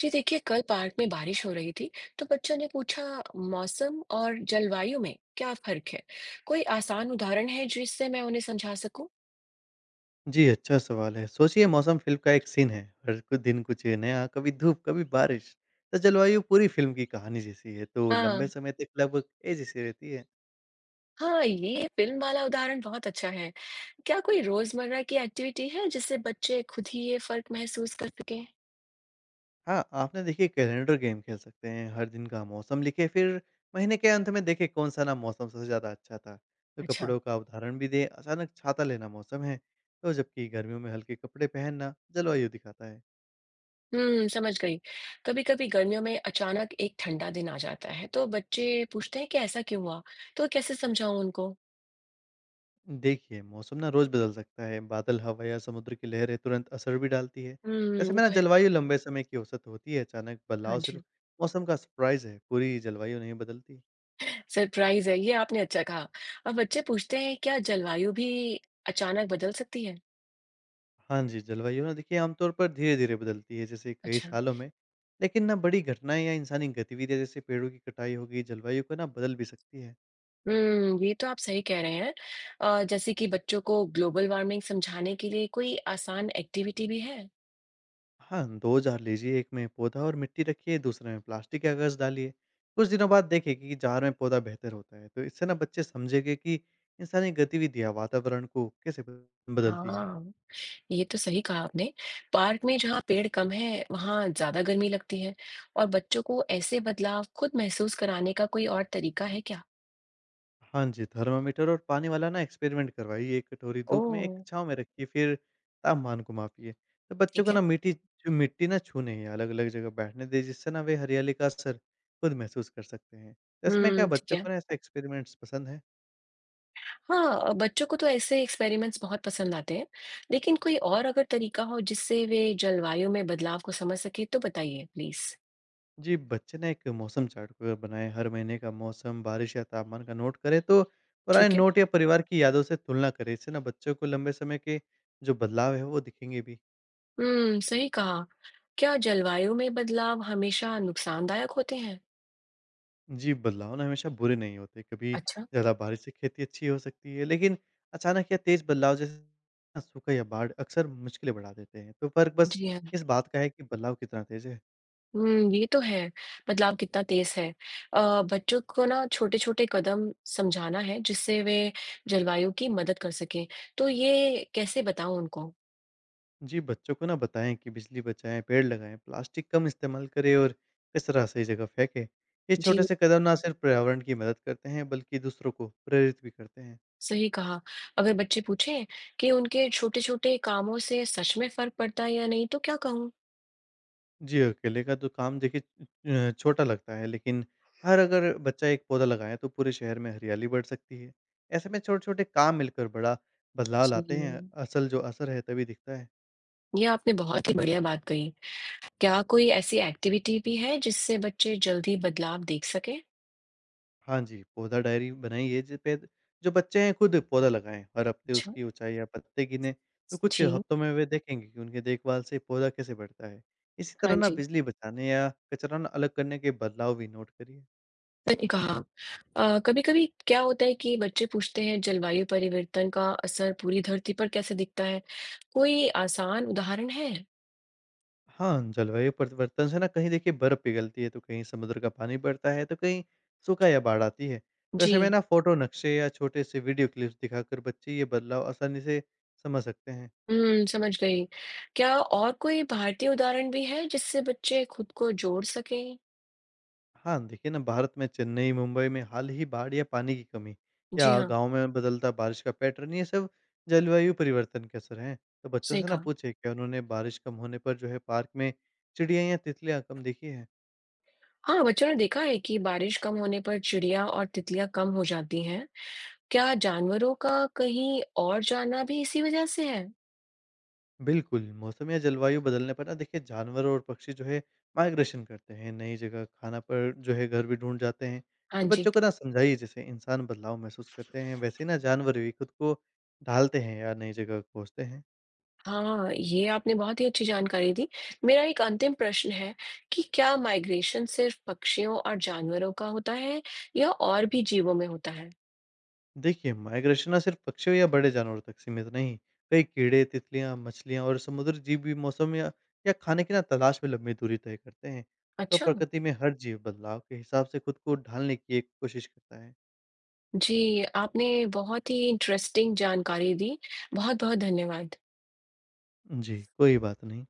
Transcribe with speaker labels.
Speaker 1: जी देखिए, कल पार्क में बारिश हो रही थी, तो बच्चों ने पूछा मौसम और जलवायु में क्या फर्क है। कोई आसान उदाहरण है जिससे मैं उन्हें समझा सकूं।
Speaker 2: जी, अच्छा सवाल है। सोचिए मौसम फ़िल्म का एक सीन है। हर कु दिन कुछ नया, कभी धूप, कभी बारिश। तो जलवायु पूरी फ़िल्म की कहानी जैसी है, तो लंबे
Speaker 1: हाँ,
Speaker 2: समय तक लगभग ए जैसी रहती है।
Speaker 1: हाँ, ये फिल्म वाला उदाहरण बहुत अच्छा है। क्या कोई रोजमर्रा की एक्टिविटी है जिससे बच्चे खुद ही ये फर्क महसूस कर सके।
Speaker 2: हाँ, आपने देखिए कैलेंडर गेम खेल सकते हैं। हर दिन का मौसम लिखें, फिर महीने के अंत में देखें कौन-सा ना मौसम सबसे ज़्यादा अच्छा था। तो
Speaker 1: अच्छा।
Speaker 2: कपड़ों का उदाहरण भी दें, अचानक छाता लेना मौसम है, तो जबकि गर्मियों में हल्के कपड़े पहनना जलवायु दिखाता है।
Speaker 1: हम्म, समझ गई। कभी कभी गर्मियों में अचानक एक ठंडा दिन आ जाता है, तो बच्चे पूछते हैं कि ऐसा क्यों हुआ। तो कैसे समझाऊं उनको।
Speaker 2: देखिए, मौसम ना रोज़ बदल सकता है। बादल, हवा या समुद्र की लहरें तुरंत असर भी डालती है।
Speaker 1: हम्म,
Speaker 2: ऐसे
Speaker 1: ये
Speaker 2: में ना
Speaker 1: तो है।
Speaker 2: जलवायु लंबे समय की औसत होती है। अचानक
Speaker 1: हाँ
Speaker 2: बदलाव
Speaker 1: जी।
Speaker 2: सिर्फ मौसम का सरप्राइज़ है, पूरी जलवायु नहीं बदलती।
Speaker 1: सरप्राइज है, ये आपने अच्छा कहा। अब बच्चे पूछते हैं क्या जलवायु भी अचानक बदल सकती है?
Speaker 2: हाँ जी, जलवायु ना देखिए आमतौर पर धीरे-धीरे बदलती है, जैसे कई
Speaker 1: अच्छा।
Speaker 2: सालों में। लेकिन ना बड़ी घटनाएँ या इंसानी गतिविधियाँ जैसे पेड़ों की कटाई हो गई, जलवायु को ना बदल भी सकती है।
Speaker 1: हुँ, ये तो आप सही कह रहे हैं। अ, जैसे कि बच्चों को ग्लोबल वार्मिंग समझाने के लिए कोई आसान एक्टिविटी भी है?
Speaker 2: हाँ, 2 जार लीजिए, एक में पौधा और मिट्टी रखिए, दूसरे में प्लास्टिक या कागज़ डालिए। कुछ दिनों बाद देखिए कि जार में पौधा बेहतर होता है, तो इससे ना बच्चे समझेंगे कि इंसानी गतिविधियाँ वातावरण को कैसे बदलती है।
Speaker 1: हाँ, ये तो सही कहा आपने। पार्क में जहाँ पेड़ कम है, वहाँ ज़्यादा गर्मी लगती है, और बच्चों को ऐसे बदलाव खुद महसूस कराने का कोई और तरीका है क्या?
Speaker 2: हाँ जी, थर्मामीटर और पानी वाला ना एक्सपेरिमेंट करवाइए, 1 कटोरी धूप में,
Speaker 1: ओह!
Speaker 2: 1 छाँव में रखिए, फिर तापमान को मापिए। तो बच्चों
Speaker 1: ठीक
Speaker 2: को
Speaker 1: है।
Speaker 2: ना मीठी जो मिट्टी ना छूने या अलग-अलग जगह बैठने दें, जिससे ना वे हरियाली का असर खुद महसूस कर सकते हैं। तो ऐसे में क्या
Speaker 1: हुँ, ठीक
Speaker 2: बच्चों
Speaker 1: है।
Speaker 2: को ना ऐसे एक्सपेरिमेंट्स पसंद हैं?
Speaker 1: हाँ, अ, बच्चों को तो ऐसे एक्सपेरिमेंट्स बहुत पसंद आते हैं, लेकिन कोई और अगर तरीका हो जिससे वे जलवायु में बदलाव को समझ सके, तो बताइए प्लीज।
Speaker 2: जी, बच्चे ने एक मौसम चार्ट ब बनाए, हर महीने का मौसम, बारिश या तापमान का नोट करें, तो
Speaker 1: ठीक
Speaker 2: पुराने
Speaker 1: है।
Speaker 2: नोट या परिवार की यादों से तुलना करें। इससे ना बच्चों को लंबे समय के जो बदलाव है, वो दिखेंगे भी।
Speaker 1: हम्म, सही कहा। क्या जलवायु में बदलाव हमेशा नुकसानदायक होते हैं?
Speaker 2: जी, बदलाव ना हमेशा बुरे नहीं होते, कभी
Speaker 1: अच्छा।
Speaker 2: ज़्यादा बारिश से खेती अच्छी हो सकती है, लेकिन अचानक या तेज़ बदलाव जैसे सूखा या बाढ़ अक्सर मुश्किलें बढ़ा देते हैं। तो फ़र्क बस
Speaker 1: जी हाँ।
Speaker 2: इस बात का है कि बदलाव कितना तेज़ है।
Speaker 1: हम्म, ये तो है। बदलाव कितना तेज है। अ, बच्चों को ना छोटे छोटे कदम समझाना है जिससे वे जलवायु की मदद कर सकें। तो ये कैसे बताऊं उनको।
Speaker 2: जी, बच्चों को ना बताएँ कि बिजली बचाएँ, पेड़ लगाएँ, प्लास्टिक कम इस्तेमाल करें और कचरा सही जगह फेंकें। ये छोटे
Speaker 1: जी।
Speaker 2: से कदम ना सिर्फ पर्यावरण की मदद करते हैं, बल्कि दूसरों को प्रेरित भी करते हैं।
Speaker 1: सही कहा। अगर बच्चे पूछें कि उनके छोटे-छोटे कामों से सच में फ़र्क पड़ता है या नहीं, तो क्या कहूँ?
Speaker 2: जी, अकेले का तो काम देखिए छोटा लगता है, लेकिन हर अगर बच्चा एक पौधा लगाए, तो पूरे शहर में हरियाली बढ़ सकती है। ऐसे में छोटे-छोटे काम मिलकर बड़ा बदलाव
Speaker 1: जी।
Speaker 2: लाते हैं। असल जो असर है, तभी दिखता है।
Speaker 1: ये आपने बहुत ही बढ़िया बात कही। क्या कोई ऐसी एक्टिविटी भी है जिससे बच्चे जल्दी बदलाव देख सकें?
Speaker 2: हाँ जी, पौधा डायरी बनाइए जिस पे जो बच्चे हैं खुद पौधा लगाएँ, हर हफ्ते
Speaker 1: अच्छा।
Speaker 2: उसकी ऊँचाई या पत्ते गिनें, तो कुछ
Speaker 1: जी।
Speaker 2: हफ्तों में वे देखेंगे कि उनकी देखभाल से पौधा कैसे बढ़ता है। इसी
Speaker 1: हाँ
Speaker 2: तरह ना
Speaker 1: जी,
Speaker 2: बिजली बचाने या कचरा ना अलग करने के बदलाव भी नोट करिए।
Speaker 1: सही कहा। अ, कभी-कभी क्या होता है कि बच्चे पूछते हैं जलवायु परिवर्तन का असर पूरी धरती पर कैसे दिखता है? कोई आसान उदाहरण है?
Speaker 2: हाँ, जलवायु परिवर्तन से ना कहीं देखिए बर्फ़ पिघलती है, तो कहीं समुद्र का पानी बढ़ता है, तो कहीं सूखा या बाढ़ आती है। तो ऐसे में
Speaker 1: जी।
Speaker 2: ना फ़ोटो, नक्शे या छोटे से वीडियो क्लिप्स दिखाकर बच्चे ये बदलाव आसानी से समझ सकते हैं।
Speaker 1: हुँ, समझ गई। क्या और कोई भारतीय उदाहरण भी है जिससे बच्चे खुद को जोड़ सकें?
Speaker 2: हाँ, देखिए ना भारत में चेन्नई, मुंबई में हाल ही बाढ़ या पानी की कमी
Speaker 1: जी
Speaker 2: या
Speaker 1: हाँ,
Speaker 2: गाँव में बदलता बारिश का पैटर्न ये सब जलवायु परिवर्तन के असर हैं। तो बच्चों
Speaker 1: सही
Speaker 2: से ना
Speaker 1: कहा।
Speaker 2: पूछे क्या उन्होंने बारिश कम होने पर जो है पार्क में चिड़िया या तितलियाँ कम देखी है?
Speaker 1: हाँ, बच्चों ने देखा है कि बारिश कम होने पर चिड़िया और तितलियाँ कम हो जाती हैं। क्या जानवरों का कहीं और जाना भी इसी वजह से है?
Speaker 2: बिल्कुल, मौसम या जलवायु बदलने पर ना देखिए जानवर और पक्षी जो है माइग्रेशन करते हैं, नई जगह खाना पर जो है घर भी ढूँढ जाते हैं।
Speaker 1: हाँ
Speaker 2: तो
Speaker 1: जी।
Speaker 2: बच्चों को ना समझाइए जैसे इंसान बदलाव महसूस करते हैं वैसे ही ना जानवर भी खुद को ढालते हैं या नई जगह खोजते हैं।
Speaker 1: हाँ, ये आपने बहुत ही अच्छी जानकारी दी। मेरा एक अंतिम प्रश्न है कि क्या माइग्रेशन सिर्फ़ पक्षियों और जानवरों का होता है या और भी जीवों में होता है?
Speaker 2: देखिए, माइग्रेशन ना सिर्फ़ पक्षियों या बड़े जानवरों तक सीमित नहीं। कई कीड़े, तितलियाँ, मछलियाँ और समुद्री जीव भी मौसम या खाने की ना तलाश में लंबी दूरी तय करते हैं। तो
Speaker 1: अच्छा।
Speaker 2: प्रकृति में हर जीव बदलाव के हिसाब से खुद को ढालने की एक कोशिश करता है।
Speaker 1: जी, आपने बहुत ही इंटरेस्टिंग जानकारी दी। बहुत-बहुत धन्यवाद।
Speaker 2: जी, कोई बात नहीं।